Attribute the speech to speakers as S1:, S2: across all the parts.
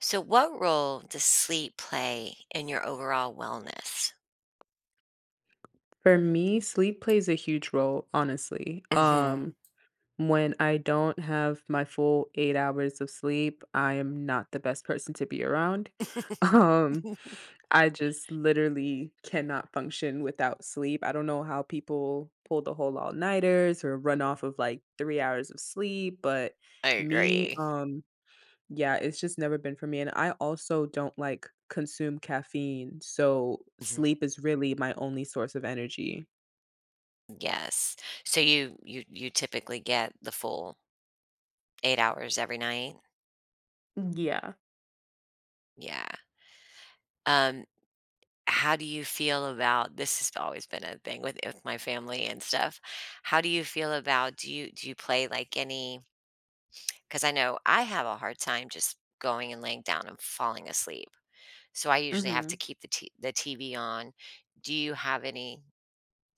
S1: So, what role does sleep play in your overall wellness?
S2: For me, sleep plays a huge role, honestly.
S1: Hmm.
S2: When I don't have my full 8 hours of sleep, I am not the best person to be around. Um, I just literally cannot function without sleep. I don't know how people pull the whole all nighters or run off of like 3 hours of sleep, but
S1: I
S2: me,
S1: agree.
S2: um, yeah, it's just never been for me. And I also don't like consume caffeine. So
S1: Mhm.
S2: sleep is really my only source of energy.
S1: Yes. So you typically get the full 8 hours every night?
S2: Yeah.
S1: Yeah. Um how do you feel about This has always been a thing with my family and stuff. How do you feel about do you play like any cuz I know I have a hard time just going and laying down and falling asleep. So I usually have to
S2: Mhm.
S1: keep the TV on. Do you have any,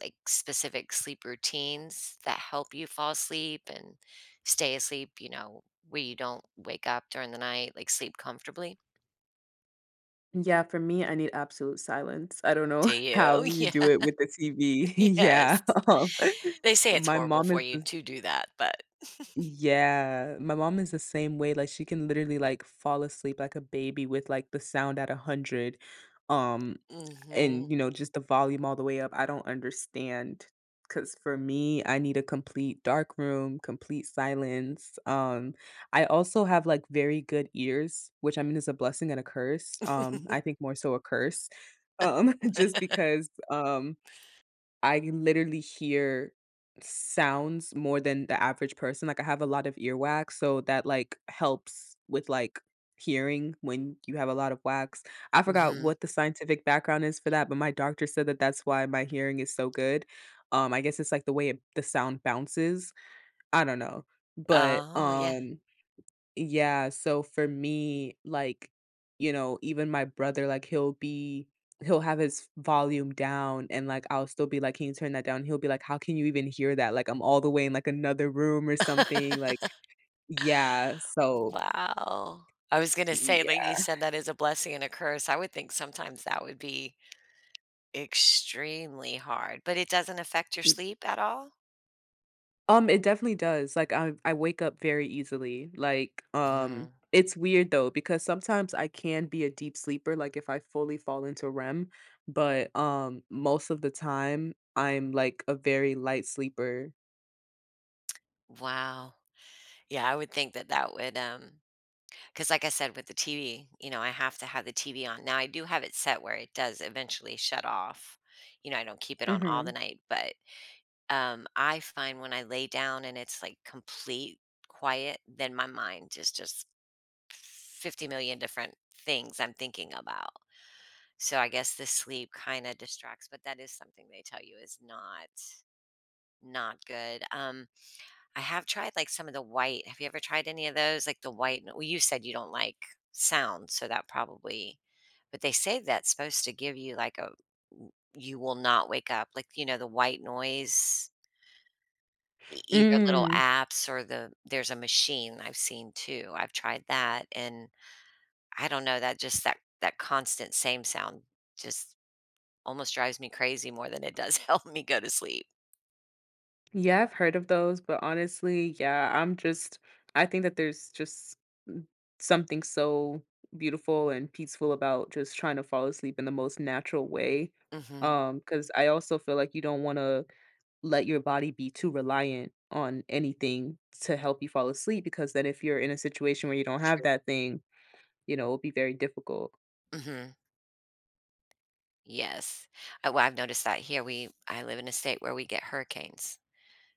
S1: like, specific sleep routines that help you fall asleep and stay asleep, you know, where you don't wake up during the night, like, sleep comfortably?
S2: Yeah, for me, I need absolute silence. I don't know
S1: Do
S2: how you
S1: you?
S2: do it with the TV.
S1: Yeah,
S2: Yeah.
S1: yes. They say it's
S2: my
S1: horrible
S2: mom
S1: for
S2: is
S1: you
S2: the
S1: to do that, but
S2: Yeah, my mom is the same way, like, she can literally, like, fall asleep like a baby with, like, the sound at 100, um, and,
S1: Mhm.
S2: you know, just the volume all the way up. I don't understand because for me, I need a complete dark room, complete silence, I also have, like, very good ears, which, I mean, is a blessing and a curse, I think more so a curse, just because, I literally hear sounds more than the average person, like, I have a lot of earwax, so that, like, helps with, like, hearing when you have a lot of wax. I forgot
S1: Mhm.
S2: what the scientific background is for that, but my doctor said that that's why my hearing is so good. I guess it's, like, the way it the sound bounces. I don't know, but,
S1: Oh, yeah.
S2: yeah, so for me, like, you know, even my brother, like, he'll have his volume down and, like, I'll still be like, "Can you turn that down?" He'll be like, "How can you even hear that? Like, I'm all the way in, like, another room or something." Like yeah, so
S1: Wow. I was gonna say, like you
S2: yeah.
S1: said, that is a blessing and a curse. I would think sometimes that would be extremely hard, but it doesn't affect your sleep at all?
S2: It definitely does. Like I wake up very easily. Like
S1: Mhm.
S2: it's weird though because sometimes I can be a deep sleeper like if I fully fall into REM, but most of the time I'm like a very light sleeper.
S1: Wow. Yeah, I would think that that would, because like I said with the TV, you know, I have to have the TV on. Now I do have it set where it does eventually shut off. You know, I don't keep it on all the
S2: Mhm.
S1: night, but, I find when I lay down and it's, like, complete quiet, then my mind is just 50 million different things I'm thinking about. So I guess the sleep kinda distracts, but that is something they tell you is not not good. I have tried, like, some of the white. Have you ever tried any of those? Like, the white well, you said you don't like sound, so that probably but they say that's supposed to give you, like, a. You will not wake up. Like, you know, the white noise, e either little
S2: Mm.
S1: apps or the there's a machine I've seen too. I've tried that, and I don't know, that just that constant same sound just almost drives me crazy more than it does help me go to sleep.
S2: Yeah, I've heard of those, but honestly, yeah, I think that there's just mm, something so beautiful and peaceful about just trying to fall asleep in the most natural way.
S1: Mhm.
S2: Because I also feel like you don't want to let your body be too reliant on anything to help you fall asleep because then if you're in a situation where you don't have
S1: True.
S2: that thing, you know, it'll be very difficult.
S1: Mhm. Yes. Well, I've noticed that here we I live in a state where we get hurricanes.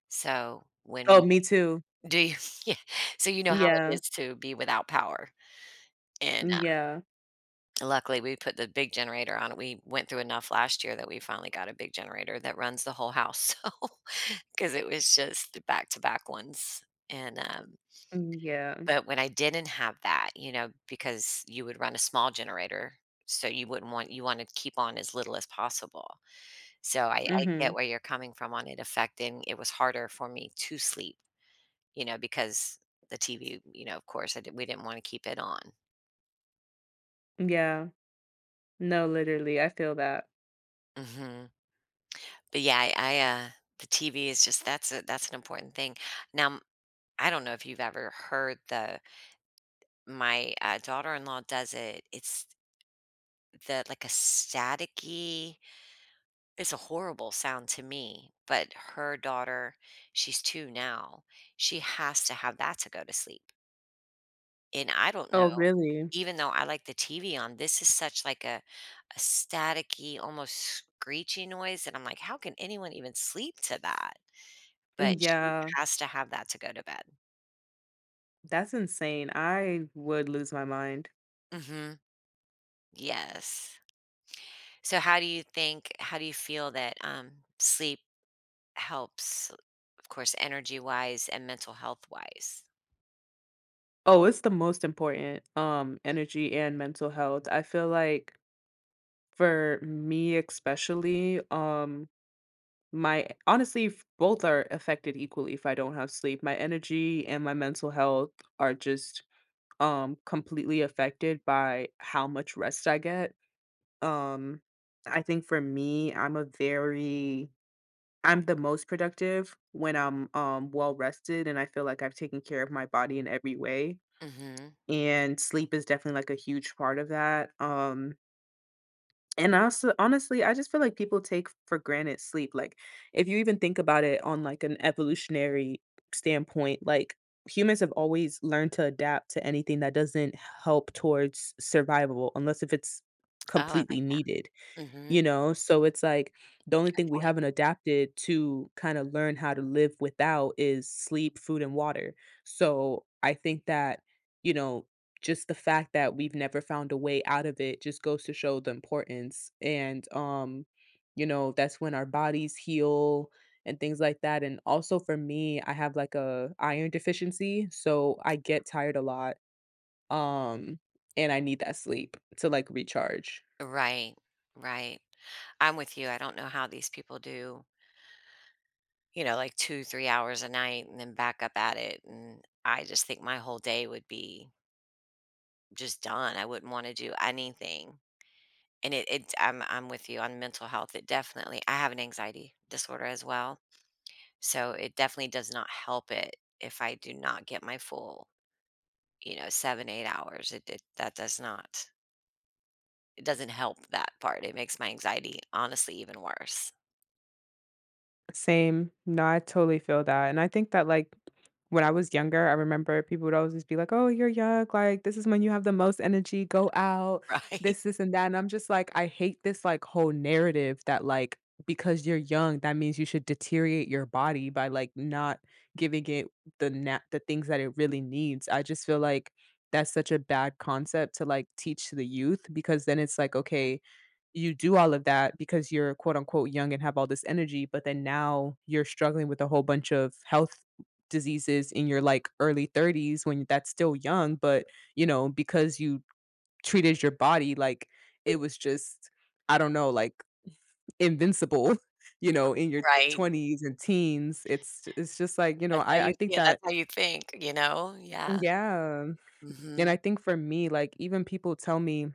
S1: So when
S2: Oh,
S1: we
S2: me too.
S1: do you yeah, so you know how it
S2: Yeah.
S1: is to be without power. And,
S2: Mm, yeah.
S1: luckily, we put the big generator on it. We went through enough last year that we finally got a big generator that runs the whole house. So because it was just back-to-back ones. And,
S2: Mm, yeah.
S1: but when I didn't have that, you know, because you would run a small generator, so you wouldn't want you want to keep on as little as possible. So I get
S2: Mhm.
S1: where you're coming from on it affecting it was harder for me to sleep, you know, because the TV, you know, of course, I did we didn't wanna keep it on.
S2: Yeah. No, literally, I feel that.
S1: Mhm. But, yeah, I, uh the TV is just that's a that's an important thing. Now, m I don't know if you've ever heard the my, daughter-in-law does it. It's the like, a staticky it's a horrible sound to me, but her daughter she's 2 now, she has to have that to go to sleep. And I don't
S2: Oh,
S1: know,
S2: really?
S1: even though I like the TV on, this is such like a staticky, almost screechy noise, and I'm like, "How can anyone even sleep to that?"
S2: Mm,
S1: But she
S2: yeah.
S1: has to have that to go to bed.
S2: That's insane. I would lose my mind.
S1: Mhm. Yes. So how do you think how do you feel that, sleep helps, of course, energy-wise and mental health-wise?
S2: Oh, it's the most important energy and mental health. I feel like for me especially, My honestly, both are affected equally if I don't have sleep. My energy and my mental health are just completely affected by how much rest I get. Um I think for me, I'm a very I'm the most productive when I'm well rested and I feel like I've taken care of my body in every way.
S1: Mhm.
S2: And sleep is definitely like a huge part of that. And also, honestly, I just feel like people take for granted sleep. Like, if you even think about it on like an evolutionary standpoint, like humans have always learned to adapt to anything that doesn't help towards survival, unless if it's
S1: Oh, I
S2: completely needed.
S1: like
S2: You
S1: Mhm.
S2: know, so it's like the only thing we haven't adapted to kind of learn how to live without is sleep, food, and water. So I think that, you know, just the fact that we've never found a way out of it just goes to show the importance. And, you know, that's when our bodies heal and things like that. And also for me, I have like a iron deficiency, so I get tired a lot. Um, and I need that sleep to like recharge.
S1: Right. Right. I'm with you, I don't know how these people do you know, like 2, 3 hours a night and then back up at it, and I just think my whole day would be just done. I wouldn't wanna do anything, and it I'm with you on mental health. It definitely I have an anxiety disorder as well, so it definitely does not help it if I do not get my full, you know, 7, 8 hours. It that does not it doesn't help that part. It makes my anxiety honestly even worse.
S2: Same. No, I totally feel that, and I think that, like, when I was younger, I remember people would always just be like, "Oh, you're young, like, this is when you have the most energy, go out,
S1: Right,
S2: this, and that," and I'm just like, I hate this, like, whole narrative that, like, because you're young, that means you should deteriorate your body by, like, not giving it the things that it really needs. I just feel like that's such a bad concept to, like, teach to the youth because then it's like, "Okay, you do all of that because you're quote unquote young and have all this energy, but then now you're struggling with a whole bunch of health diseases in your like early 30s when that's still young, but you know, because you treated your body like it was just, I don't know, like invincible, you know, in your
S1: right.
S2: 20s and teens. It's just like, you know,
S1: That's how
S2: I
S1: you
S2: think
S1: feel that's
S2: that
S1: how you think, you know? Yeah.
S2: yeah. And I think for me, like even people tell me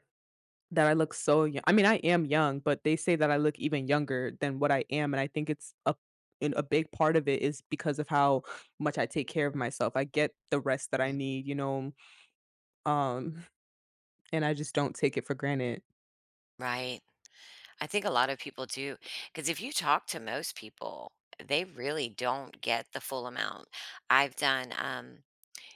S2: that I look so young. I mean, I am young, but they say that I look even younger than what I am, and I think it's a and a big part of it is because of how much I take care of myself. I get the rest that I
S1: Mhm.
S2: need, you know, um, and I just don't take it for granted.
S1: Right. I think a lot of people do, because if you talk to most people, they really don't get the full amount. I've done,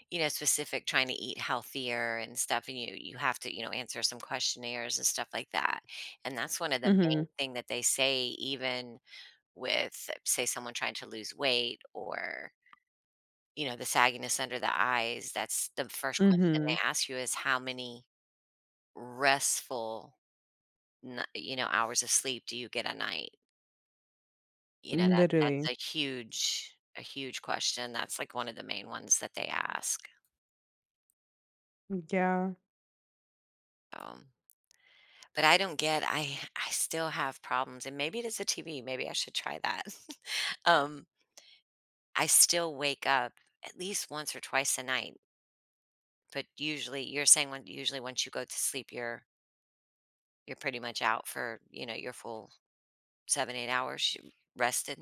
S1: you know, specific trying to eat healthier and stuff, and you have to, you know, answer some questionnaires and stuff like that, and that's one of the main
S2: Mhm,
S1: thing that they say even with, say, someone trying to lose weight or, you know, the sagginess under the eyes, that's the first question
S2: mhm.
S1: they ask you is how many restful, n you know, hours of sleep do you get a night? You know, that's
S2: Literally.
S1: a huge question, that's, like, one of the main ones that they ask,
S2: Yeah.
S1: um, but I don't get I still have problems, and maybe it is the TV, maybe I should try that. Um, I still wake up at least once or twice a night, but usually you're saying when usually once you go to sleep, you're pretty much out for, you know, your full 7, 8 hours, you rested?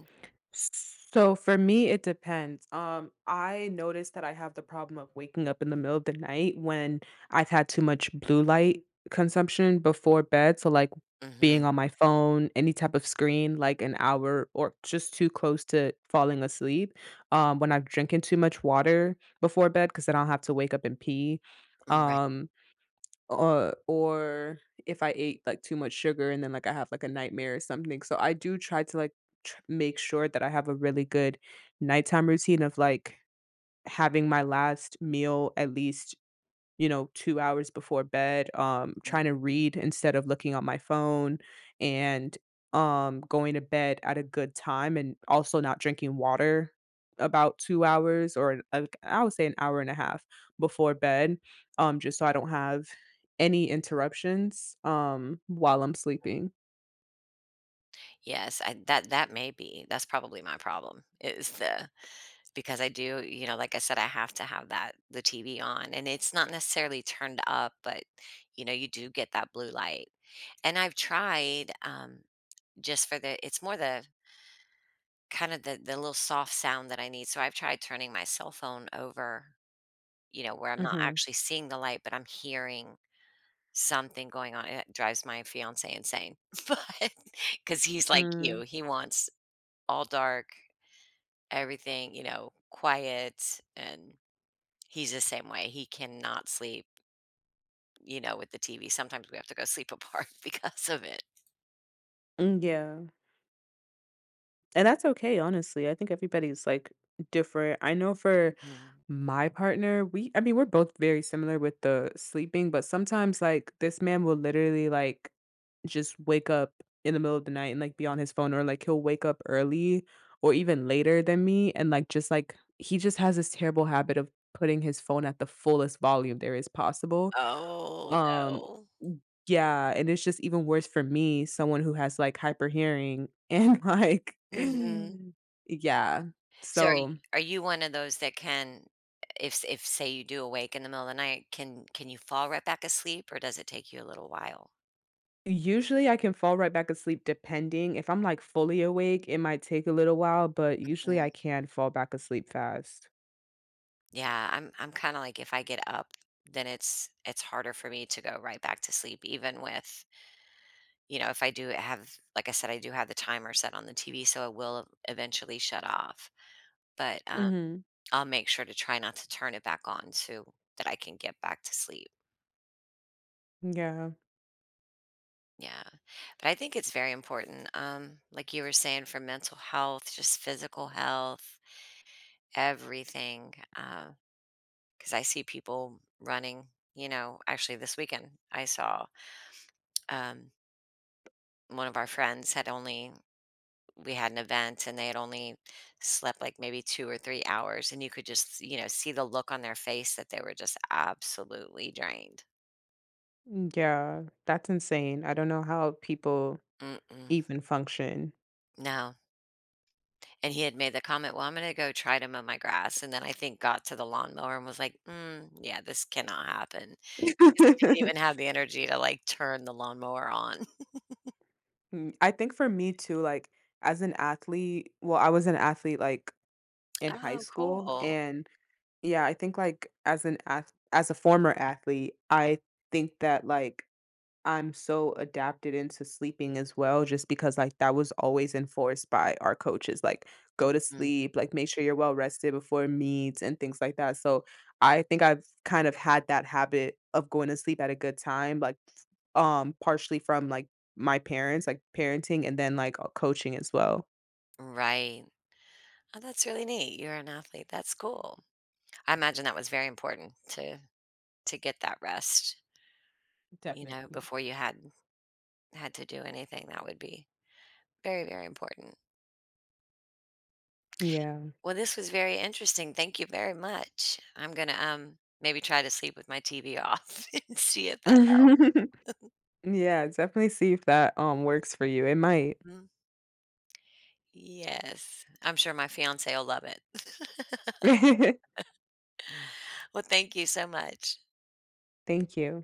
S2: So for me, it depends. I notice that I have the problem of waking up in the middle of the night when I've had too much blue light consumption before bed. So like
S1: Mhm,
S2: being on my phone, any type of screen, like an hour or just too close to falling asleep. When I've drinking too much water before bed, because then I'll have to wake up and pee.
S1: mm, right,
S2: Um, or if I ate, like, too much sugar and then, like, I have, like, a nightmare or something, so I do try to, like, tr make sure that I have a really good nighttime routine of, like, having my last meal at least you know, 2 hours before bed,
S1: mhm.
S2: trying to read instead of looking on my phone and, going to bed at a good time and also not drinking water about 2 hours or I would say an hour and a half before bed, just so I don't have any interruptions, while I'm sleeping.
S1: Yes, I that that may be that's probably my problem, is the because I do, you know, like I said, I have to have that the TV on and it's not necessarily turned up, but you know, you do get that blue light. And I've tried just for the it's more the kind of the little soft sound that I need. So I've tried turning my cell phone over, you know, where I'm not
S2: Mhm.
S1: actually seeing the light, but I'm hearing something going on. It drives my fiance insane. But cuz he's like you,
S2: Mm.
S1: he wants all dark, everything, you know, quiet and he's the same way. He cannot sleep, you know, with the TV. Sometimes we have to go sleep apart because of it.
S2: Mm, yeah. And that's okay, honestly. I think everybody's, like, different. I know for
S1: Mhm.
S2: My partner, we I mean, we're both very similar with the sleeping, but sometimes like this man will literally like just wake up in the middle of the night and like be on his phone or like he'll wake up early or even later than me and like just like he just has this terrible habit of putting his phone at the fullest volume there is possible.
S1: Oh,
S2: Um
S1: no.
S2: yeah, and it's just even worse for me, someone who has like hyper hearing and like
S1: Mhm.
S2: yeah.
S1: So are you
S2: So
S1: are you one of those that can if, say, you do awake in the middle of the night, can you fall right back asleep, or does it take you a little while?
S2: usually, I can fall right back asleep depending. If I'm, like, fully awake, it might take a little while, but usually I
S1: Mhm.
S2: can fall back asleep fast.
S1: Yeah, I'm kinda like if I get up, then it's harder for me to go right back to sleep even with you know, if I do have like I said, I do have the timer set on the TV, so it will eventually shut off. But,
S2: Mhm.
S1: I'll make sure to try not to turn it back on so that I can get back to sleep.
S2: Yeah.
S1: Yeah. But I think it's very important, like you were saying, for mental health, just physical health, everything, because I see people running, you know actually this weekend, I saw, um, one of our friends had only we had an event and they had only slept, like, maybe 2 or 3 hours, and you could just, you know, see the look on their face that they were just absolutely drained.
S2: Yeah. That's insane. I don't know how people
S1: Mm-mm.
S2: even function.
S1: No. And he had made the comment, "Well, I'm gonna go try to mow my grass," and then I think got to the lawnmower and was like, "Mm, yeah, this cannot happen." Because he didn't even have the energy to, like, turn the lawnmower on.
S2: Mm, I think for me too, like, as an athlete well, I was an athlete, like, in high
S1: Oh,
S2: school,
S1: cool.
S2: and yeah, I think, like, as a former athlete, I think that, like, I'm so adapted into sleeping as well, just because like that was always enforced by our coaches, like go to
S1: Mhm.
S2: sleep, like make sure you're well rested before meets and things like that. So I think I've kind of had that habit of going to sleep at a good time, like partially from like my parents, like parenting and then like coaching as well.
S1: Right. Oh, that's really neat. You're an athlete. That's cool. I imagine that was very important to get that rest, you know,
S2: Definitely.
S1: before you had had to do anything. That would be very, very important.
S2: Yeah.
S1: Well, this was very interesting. Thank you very much. I'm gonna maybe try to sleep with my TV off and see if that.
S2: Yeah, definitely see if that works for you. It might.
S1: Mhm. Yes, I'm sure my fiance will love it. well, thank you so much.
S2: Thank you.